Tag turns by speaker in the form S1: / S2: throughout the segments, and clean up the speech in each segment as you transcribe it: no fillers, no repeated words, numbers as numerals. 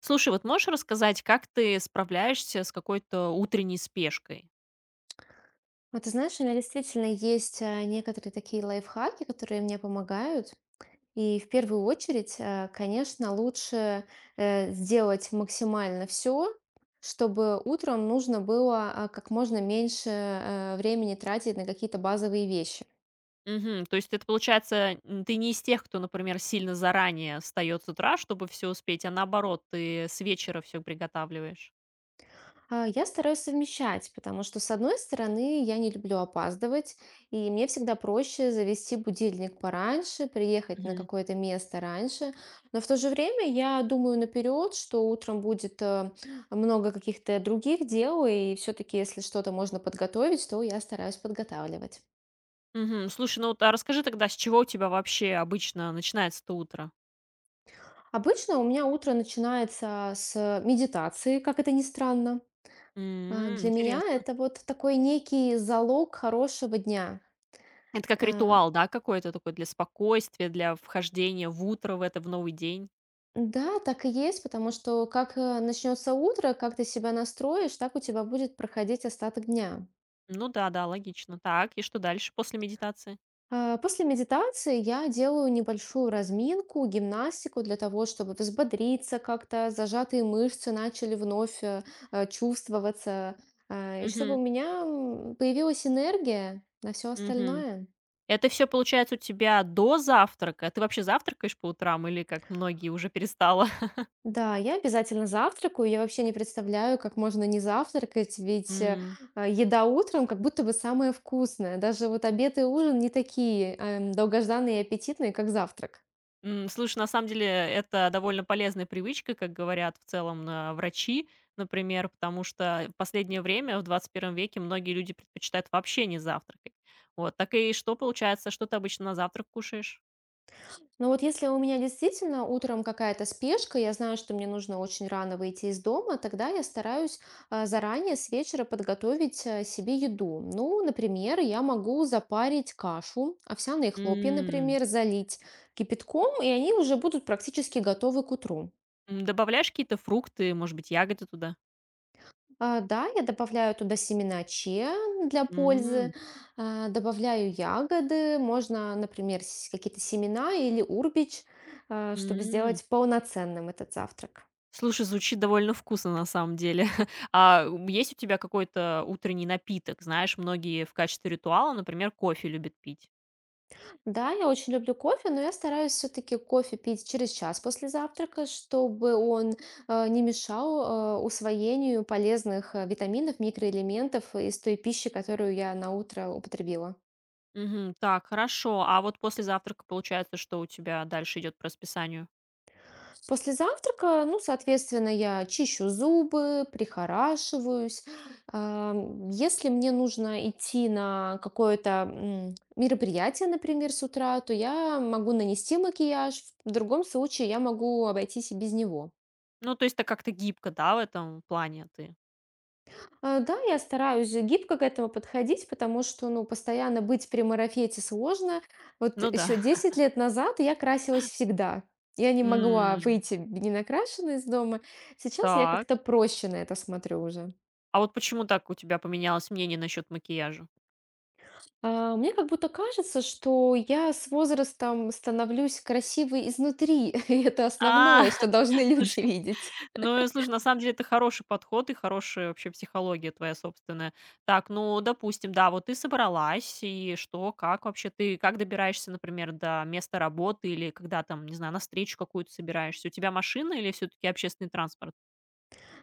S1: Слушай, вот можешь рассказать, как ты справляешься с какой-то утренней спешкой?
S2: Вот ты знаешь, у меня действительно есть некоторые такие лайфхаки, которые мне помогают. И в первую очередь, конечно, лучше сделать максимально все, чтобы утром нужно было как можно меньше времени тратить на какие-то базовые вещи.
S1: Мгм. То есть это получается, ты не из тех, кто, например, сильно заранее встает с утра, чтобы все успеть, а наоборот, ты с вечера все приготавливаешь.
S2: Я стараюсь совмещать, потому что, с одной стороны, я не люблю опаздывать, и мне всегда проще завести будильник пораньше, приехать на
S1: Мгм.
S2: какое-то место раньше, но в то же время я думаю наперед, что утром будет много каких-то других дел, и все-таки, если что-то можно подготовить, то я стараюсь подготавливать.
S1: Мгм. Слушай, ну вот, а расскажи тогда, с чего у тебя вообще обычно начинается-то утро?
S2: Обычно у меня утро начинается с медитации, как это ни странно. А, Для меня
S1: Интересно.
S2: это вот такой некий залог хорошего дня.
S1: Это как
S2: А,
S1: ритуал, да, какой-то такой для спокойствия, для вхождения в утро, в это, в новый день.
S2: Да, так и есть, потому что как начнется утро, как ты себя настроишь, так у тебя будет проходить остаток дня.
S1: Ну да, да, логично. Так, и что дальше после медитации?
S2: После медитации я делаю небольшую разминку, гимнастику для того, чтобы взбодриться как-то, зажатые мышцы начали вновь чувствоваться, и чтобы у
S1: Угу.
S2: меня появилась энергия на все остальное.
S1: Это все получается у тебя до завтрака? Ты вообще завтракаешь по утрам или, как многие, уже перестала?
S2: Да, я обязательно завтракаю. Я вообще не представляю, как можно не завтракать, ведь
S1: М.
S2: еда утром как будто бы самая вкусная. Даже вот обед и ужин не такие долгожданные и аппетитные, как завтрак.
S1: Слушай, на самом деле, это довольно полезная привычка, как говорят в целом, врачи, например, потому что в последнее время, в XXI веке, многие люди предпочитают вообще не завтракать. Вот, так и что получается, что ты обычно на завтрак кушаешь?
S2: Но вот если у меня действительно утром какая-то спешка, я знаю, что мне нужно очень рано выйти из дома, тогда я стараюсь заранее с вечера подготовить себе еду. Ну, например, я могу запарить кашу, овсяные хлопья,
S1: М.
S2: например, залить кипятком, и они уже будут практически готовы к утру.
S1: Добавляешь какие-то фрукты, может быть, ягоды туда?
S2: Да, я добавляю туда семена чиа для пользы,
S1: М.
S2: добавляю ягоды, можно, например, какие-то семена или урбич, чтобы
S1: М.
S2: сделать полноценным этот завтрак.
S1: Слушай, звучит довольно вкусно на самом деле. Есть у тебя какой-то утренний напиток? Знаешь, многие в качестве ритуала, например, кофе любят пить.
S2: Да, я очень люблю кофе, но я стараюсь все-таки кофе пить через час после завтрака, чтобы он не мешал усвоению полезных витаминов, микроэлементов из той пищи, которую я на утро употребила.
S1: Мгм. Так, хорошо. А вот после завтрака получается, что у тебя дальше идет по расписанию?
S2: После завтрака, ну, соответственно, я чищу зубы, прихорашиваюсь. Если мне нужно идти на какое-то мероприятие, например, с утра, то я могу нанести макияж. В другом случае я могу обойтись и без него.
S1: Ну, то есть ты как-то гибко, да, в этом плане ты?
S2: Да, я стараюсь гибко к этому подходить, потому что, ну, постоянно быть при марафете сложно. Вот
S1: Ну да.
S2: еще 10 лет назад я красилась всегда. Я не могла
S1: М,
S2: выйти не накрашенной из дома. Сейчас я
S1: Так.
S2: как-то проще на это смотрю уже.
S1: А вот почему так у тебя поменялось мнение насчет макияжа?
S2: Мне как будто кажется, что я с возрастом становлюсь красивой изнутри. И это
S1: А,
S2: основное, что должны люди
S1: слушай.
S2: видеть.
S1: Ну, и слушай, на самом деле это хороший подход и хорошая вообще психология твоя собственная. Так, ну, допустим, да, вот ты собралась, и что, как вообще ты, как добираешься, например, до места работы или когда там, не знаю, на встречу какую-то собираешься? У тебя машина или все-таки общественный транспорт?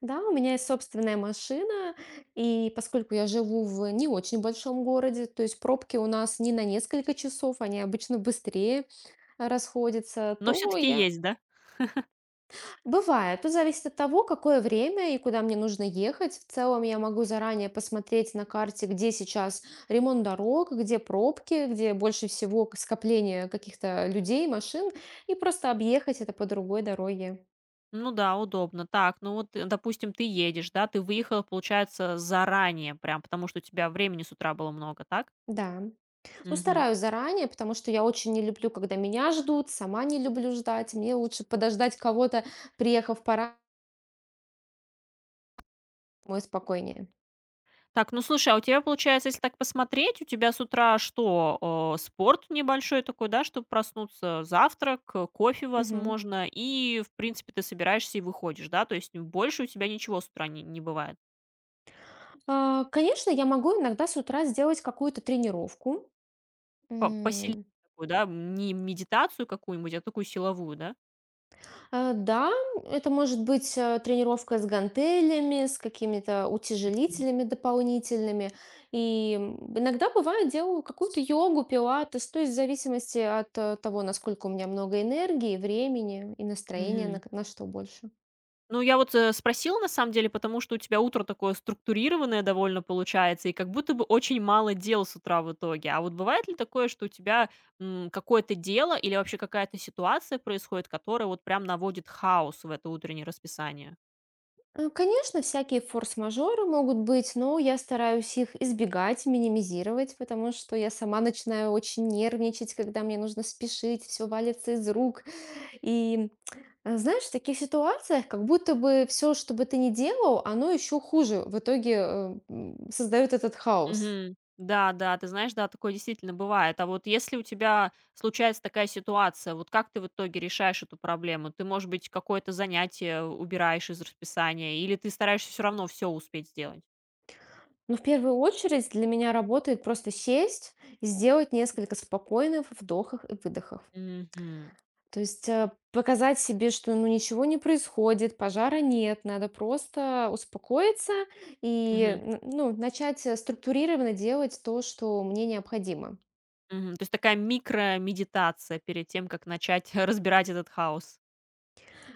S2: Да, у меня есть собственная машина, и поскольку я живу в не очень большом городе, то есть пробки у нас не на несколько часов, они обычно быстрее расходятся,
S1: Но
S2: то
S1: все-таки
S2: я...
S1: есть, да?
S2: Бывает, тут зависит от того, какое время и куда мне нужно ехать. В целом я могу заранее посмотреть на карте, где сейчас ремонт дорог, где пробки, где больше всего скопление каких-то людей, машин, и просто объехать это по другой дороге.
S1: Ну да, удобно. Так, ну вот, допустим, ты едешь, да, ты выехала, получается, заранее прям, потому что у тебя времени с утра было много, так?
S2: Да. Ну,
S1: Мгм.
S2: стараюсь заранее, потому что я очень не люблю, когда меня ждут, сама не люблю ждать. Мне лучше подождать кого-то, приехав пора, мой спокойнее.
S1: Так, ну слушай, а у тебя получается, если так посмотреть, у тебя с утра что, спорт небольшой такой, да, чтобы проснуться, завтрак, кофе,
S2: Мгм.
S1: возможно, и, в принципе, ты собираешься и выходишь, да, то есть больше у тебя ничего с утра не бывает.
S2: Конечно, я могу иногда с утра сделать какую-то тренировку.
S1: Посильнее
S2: М,
S1: такую, да, не медитацию какую-нибудь, а такую силовую, да?
S2: да, это может быть, тренировка с гантелями, с какими-то утяжелителями дополнительными. И, иногда, бывает, делаю какую-то йогу, пилатес, то есть в зависимости от, того, насколько у меня много энергии, времени и настроения, на
S1: Мгм.
S2: к на что больше.
S1: Ну, я вот, спросила на самом деле, потому что у тебя утро такое структурированное довольно получается, и как будто бы очень мало дел с утра в итоге. А вот бывает ли такое, что у тебя, какое-то дело или вообще какая-то ситуация происходит, которая вот прям наводит хаос в это утреннее расписание?
S2: Конечно, всякие форс-мажоры могут быть, но я стараюсь их избегать, минимизировать, потому что я сама начинаю очень нервничать, когда мне нужно спешить, все валится из рук. И знаешь, в таких ситуациях как будто бы все, что бы ты ни делал, оно еще хуже в итоге создает этот хаос.
S1: Мгм. Да, да, ты знаешь, да, такое действительно бывает. А вот если у тебя случается такая ситуация, вот как ты в итоге решаешь эту проблему? Ты, может быть, какое-то занятие убираешь из расписания, или ты стараешься все равно все успеть сделать?
S2: Но в первую очередь для меня работает просто сесть и сделать несколько спокойных вдохов и выдохов.
S1: Мгм.
S2: То есть, показать себе, что, ну, ничего не происходит, пожара нет, надо просто успокоиться и,
S1: Мгм.
S2: н ну, начать, структурированно делать то, что мне необходимо.
S1: Мгм. То есть такая микромедитация перед тем, как начать разбирать этот хаос.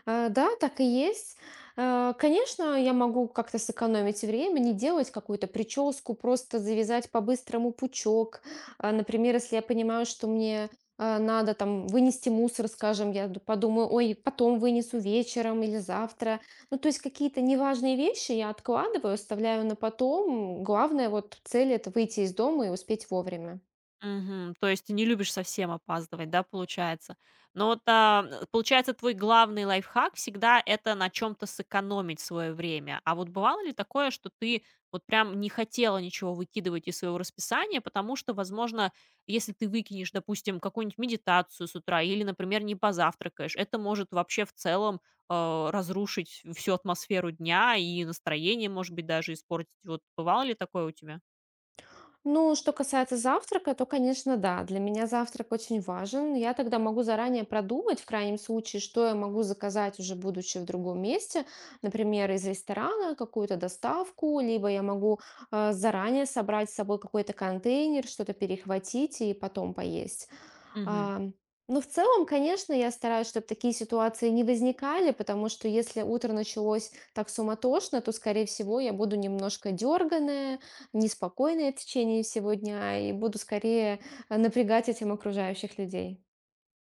S2: Да, так и есть. Конечно, я могу как-то сэкономить время, не делать какую-то прическу, просто завязать по-быстрому пучок. А, например, если я понимаю, что мне надо там вынести мусор, скажем, я подумаю, ой, потом вынесу вечером или завтра. Ну, то есть какие-то неважные вещи я откладываю, оставляю на потом. Главное, вот цель это выйти из дома и успеть вовремя.
S1: Мгм. То есть ты не любишь совсем опаздывать, да, получается? Но вот, получается, твой главный лайфхак это на чем то сэкономить свое время. А вот бывало ли такое, что ты вот прям не хотела ничего выкидывать из своего расписания, потому что, возможно, если ты выкинешь, допустим, какую-нибудь медитацию с утра или, например, не позавтракаешь, это может вообще в целом, разрушить всю атмосферу дня и настроение, может быть, даже испортить. Вот бывало ли такое у тебя?
S2: Ну, что касается завтрака, то, конечно, да, для меня завтрак очень важен. Я тогда могу заранее продумать, в крайнем случае, что я могу заказать уже будучи в другом месте, например, из ресторана какую-то доставку, либо я могу заранее собрать с собой какой-то контейнер, что-то перехватить и потом поесть. А, Ну, в целом, конечно, я стараюсь, чтобы такие ситуации не возникали, потому что если утро началось так суматошно, то, скорее всего, я буду немножко дерганая, неспокойная в течение всего дня и буду скорее напрягать этим окружающих людей.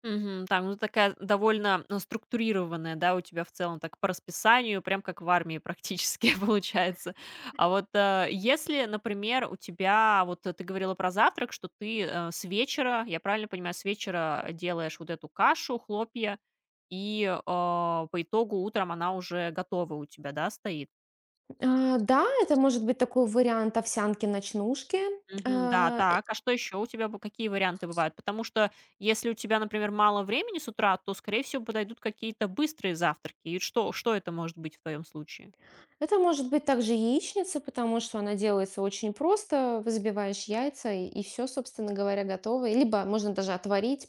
S1: Мгм. Там ну такая довольно, ну, структурированная, да, у тебя в целом так по расписанию, прям как в армии практически получается. А вот если, например, у тебя, вот ты говорила про завтрак, что ты с вечера, я правильно понимаю, с вечера делаешь вот эту кашу, хлопья, и по итогу утром она уже готова у тебя, да, стоит?
S2: Да, это может быть такой вариант овсянки-ночнушки.
S1: Мгм. Да,
S2: А, э,
S1: так. А что еще у тебя бы какие варианты бывают? Потому что если у тебя, например, мало времени с утра, то, скорее всего, подойдут какие-то быстрые завтраки. И что это может быть в твоем случае?
S2: Это может быть также яичница, потому что она делается очень просто. Взбиваешь яйца и, все, собственно говоря, готово. И либо можно даже отварить,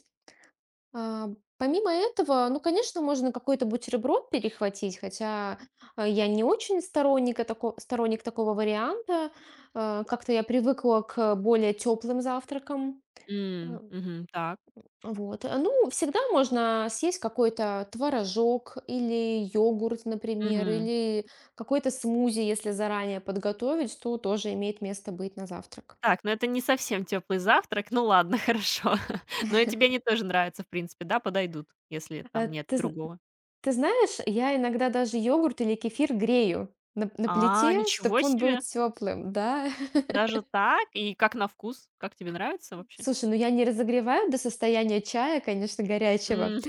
S2: А, помимо этого, ну, конечно, можно какой-то бутерброд перехватить, хотя, я не очень сторонник такого варианта. Как-то я привыкла к более теплым завтракам. А,
S1: М, мгм. Так.
S2: вот. Ну, всегда можно съесть какой-то творожок или йогурт, например,
S1: Мгм.
S2: или какой-то смузи, если заранее подготовить, то тоже имеет место быть на завтрак.
S1: Так, ну это не совсем теплый завтрак. Ну ладно, хорошо. Но и тебе они тоже нравятся, в принципе, да, подойдут, если
S2: А,
S1: там нет
S2: ты зн
S1: другого.
S2: Ты знаешь, я иногда даже йогурт или кефир грею на
S1: А,
S2: плите, чтобы
S1: ничего
S2: он был
S1: себе!
S2: теплым, да.
S1: Даже так? И как на вкус? Как тебе нравится вообще?
S2: Слушай, ну я не разогреваю до состояния чая, конечно, горячего.
S1: М,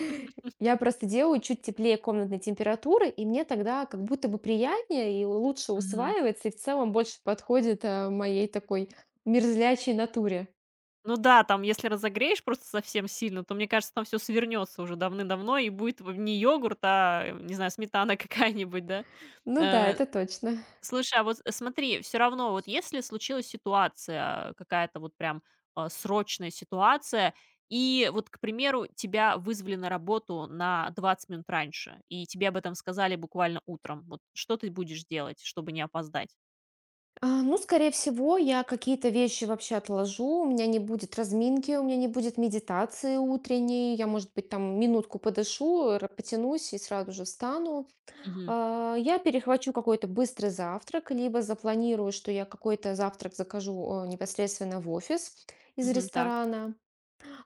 S2: Я просто делаю чуть теплее комнатной температуры, и мне тогда как будто бы приятнее и лучше
S1: мгм.
S2: усваивается, и в целом больше подходит моей такой мерзлячей натуре.
S1: Ну да, там, если разогреешь просто совсем сильно, то, мне кажется, там все свернется уже давным-давно, и будет в не йогурт, а, не знаю, сметана какая-нибудь, да.
S2: Ну да,
S1: Э,
S2: это точно.
S1: слушай, а вот смотри, все равно, вот если случилась ситуация, какая-то вот прям, срочная ситуация, и вот, к примеру, тебя вызвали на работу на 20 минут раньше, и тебе об этом сказали буквально утром, вот что ты будешь делать, чтобы не опоздать?
S2: Ну, скорее всего, я какие-то вещи вообще отложу, у меня не будет разминки, у меня не будет медитации утренней, я, может быть, там минутку подышу, потянусь и сразу же встану.
S1: Мгм.
S2: Я перехвачу какой-то быстрый завтрак, либо запланирую, что я какой-то завтрак закажу непосредственно в офис из
S1: Мгм. Так.
S2: ресторана.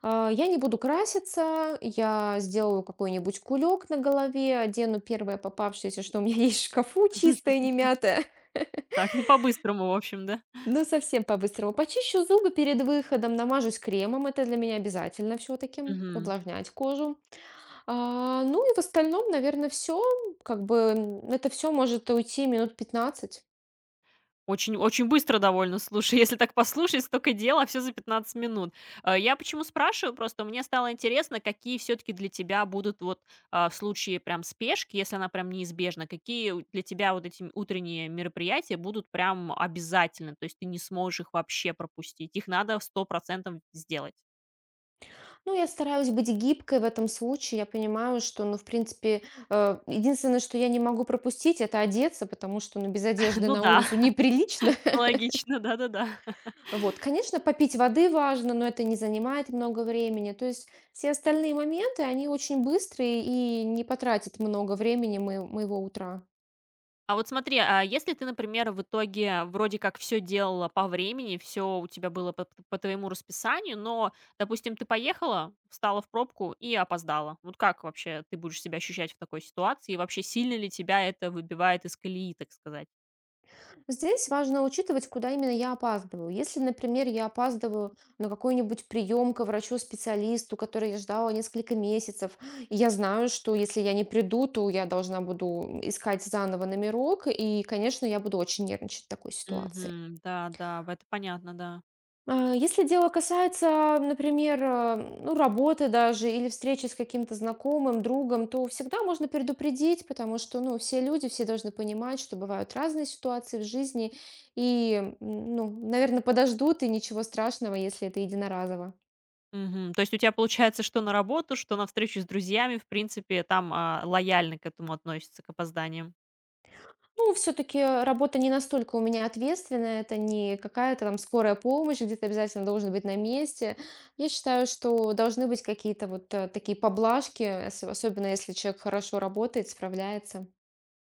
S2: Я не буду краситься, я сделаю какой-нибудь кулек на голове, одену первое попавшееся, что у меня есть в шкафу, чистое, не мятое.
S1: Так, ну, по-быстрому, в общем, да?
S2: Ну, совсем по-быстрому. Почищу зубы перед выходом, намажусь кремом. Это для меня обязательно все-таки.
S1: Мгм.
S2: Увлажнять кожу. А, ну и в остальном, наверное, все. Как бы это все может уйти минут 15.
S1: Очень очень быстро довольно, слушай, если так послушать, столько дела, все за 15 минут. Я почему спрашиваю, просто мне стало интересно, какие все таки для тебя будут вот, в случае прям спешки, если она прям неизбежна, какие у для тебя вот эти утренние мероприятия будут прям обязательны, то есть ты не сможешь их вообще пропустить, их надо 100% сделать.
S2: Ну, я стараюсь быть гибкой в этом случае. Я понимаю, что, ну, в принципе, единственное, что я не могу пропустить, это одеться, потому что, ну, без одежды
S1: Ну
S2: на
S1: да,
S2: улицу неприлично.
S1: логично, да-да-да.
S2: Вот, конечно, попить воды важно, но это не занимает много времени. То есть все остальные моменты, они очень быстрые и не потратят много времени моего утра.
S1: А вот смотри, а если ты, например, в итоге вроде как все делала по времени, все у тебя было по твоему расписанию, но, допустим, ты поехала, встала в пробку и опоздала. Вот как вообще ты будешь себя ощущать в такой ситуации? И вообще, сильно ли тебя это выбивает из колеи, так сказать?
S2: Здесь важно учитывать, куда именно я опаздываю. Если, например, я опаздываю на какой-нибудь прием к врачу-специалисту, который я ждала несколько месяцев, и я знаю, что если я не приду, то я должна буду искать заново номерок, и, конечно, я буду очень нервничать в такой ситуации.
S1: Мгм. Да, да, в это понятно, да.
S2: Если дело касается, например, ну, работы даже или встречи с каким-то знакомым, другом, то всегда можно предупредить, потому что, ну, все люди, все должны понимать, что бывают разные ситуации в жизни, и, ну, наверное, подождут, и ничего страшного, если это единоразово.
S1: Мгм. То есть у тебя получается, что на работу, что на встречу с друзьями, в принципе, там, лояльно к этому относится к опозданиям?
S2: Ну, все-таки работа не настолько у меня ответственная, это не какая-то там скорая помощь, где ты обязательно должен быть на месте. Я считаю, что должны быть какие-то вот такие поблажки, особенно если человек хорошо работает, справляется.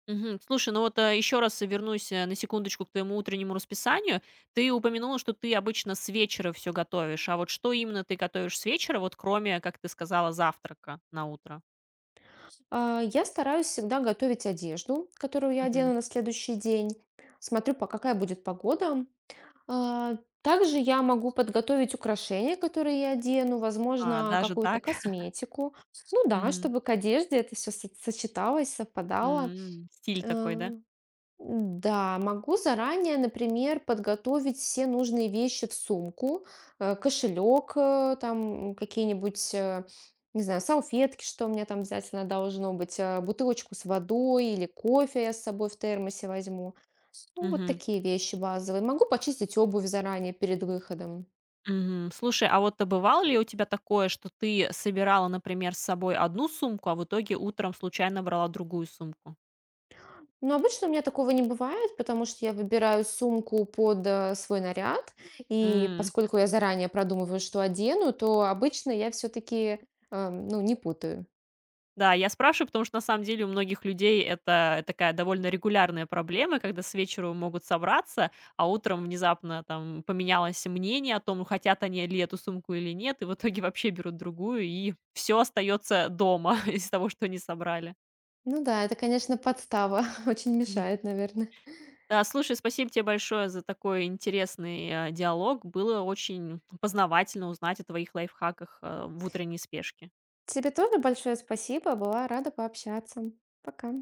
S1: Мгм. Слушай, ну вот, еще раз вернусь, на секундочку к твоему утреннему расписанию. Ты упомянула, что ты обычно с вечера все готовишь. А вот что именно ты готовишь с вечера, вот кроме, как ты сказала, завтрака на утро?
S2: Я стараюсь всегда готовить одежду, которую я
S1: Мгм.
S2: одену на следующий день. Смотрю, по какая будет погода. А, Также я могу подготовить украшения, которые я одену,
S1: А,
S2: возможно,
S1: даже
S2: какую-то
S1: так?
S2: косметику. Ну да,
S1: Мгм.
S2: чтобы к одежде это все сочеталось, совпадало.
S1: Стиль такой,
S2: Э,
S1: да?
S2: да, могу заранее, например, подготовить все нужные вещи в сумку, кошелек, там какие-нибудь, не знаю, салфетки, что у меня там обязательно должно быть, бутылочку с водой или кофе я с собой в термосе возьму. Ну, вот
S1: Мгм.
S2: такие вещи базовые. Могу почистить обувь заранее перед выходом.
S1: Мгм. Слушай, а вот, бывало ли у тебя такое, что ты собирала, например, с собой одну сумку, а в итоге утром случайно брала другую сумку?
S2: Но обычно у меня такого не бывает, потому что я выбираю сумку под свой наряд, и
S1: М.
S2: поскольку я заранее продумываю, что одену, то обычно я все-таки, ну, не путаю.
S1: Да, я спрашиваю, потому что на самом деле у многих людей это такая довольно регулярная проблема, когда с вечера могут собраться, а утром внезапно там поменялось мнение о том, хотят они ли эту сумку или нет, и в итоге вообще берут другую, и все остается дома из того, что они собрали.
S2: Ну да, это, конечно, подстава очень
S1: Мгм.
S2: мешает, наверное.
S1: Да, слушай, спасибо тебе большое за такой интересный диалог. Было очень познавательно узнать о твоих лайфхаках в утренней спешке.
S2: Тебе тоже большое спасибо, была рада пообщаться. Пока.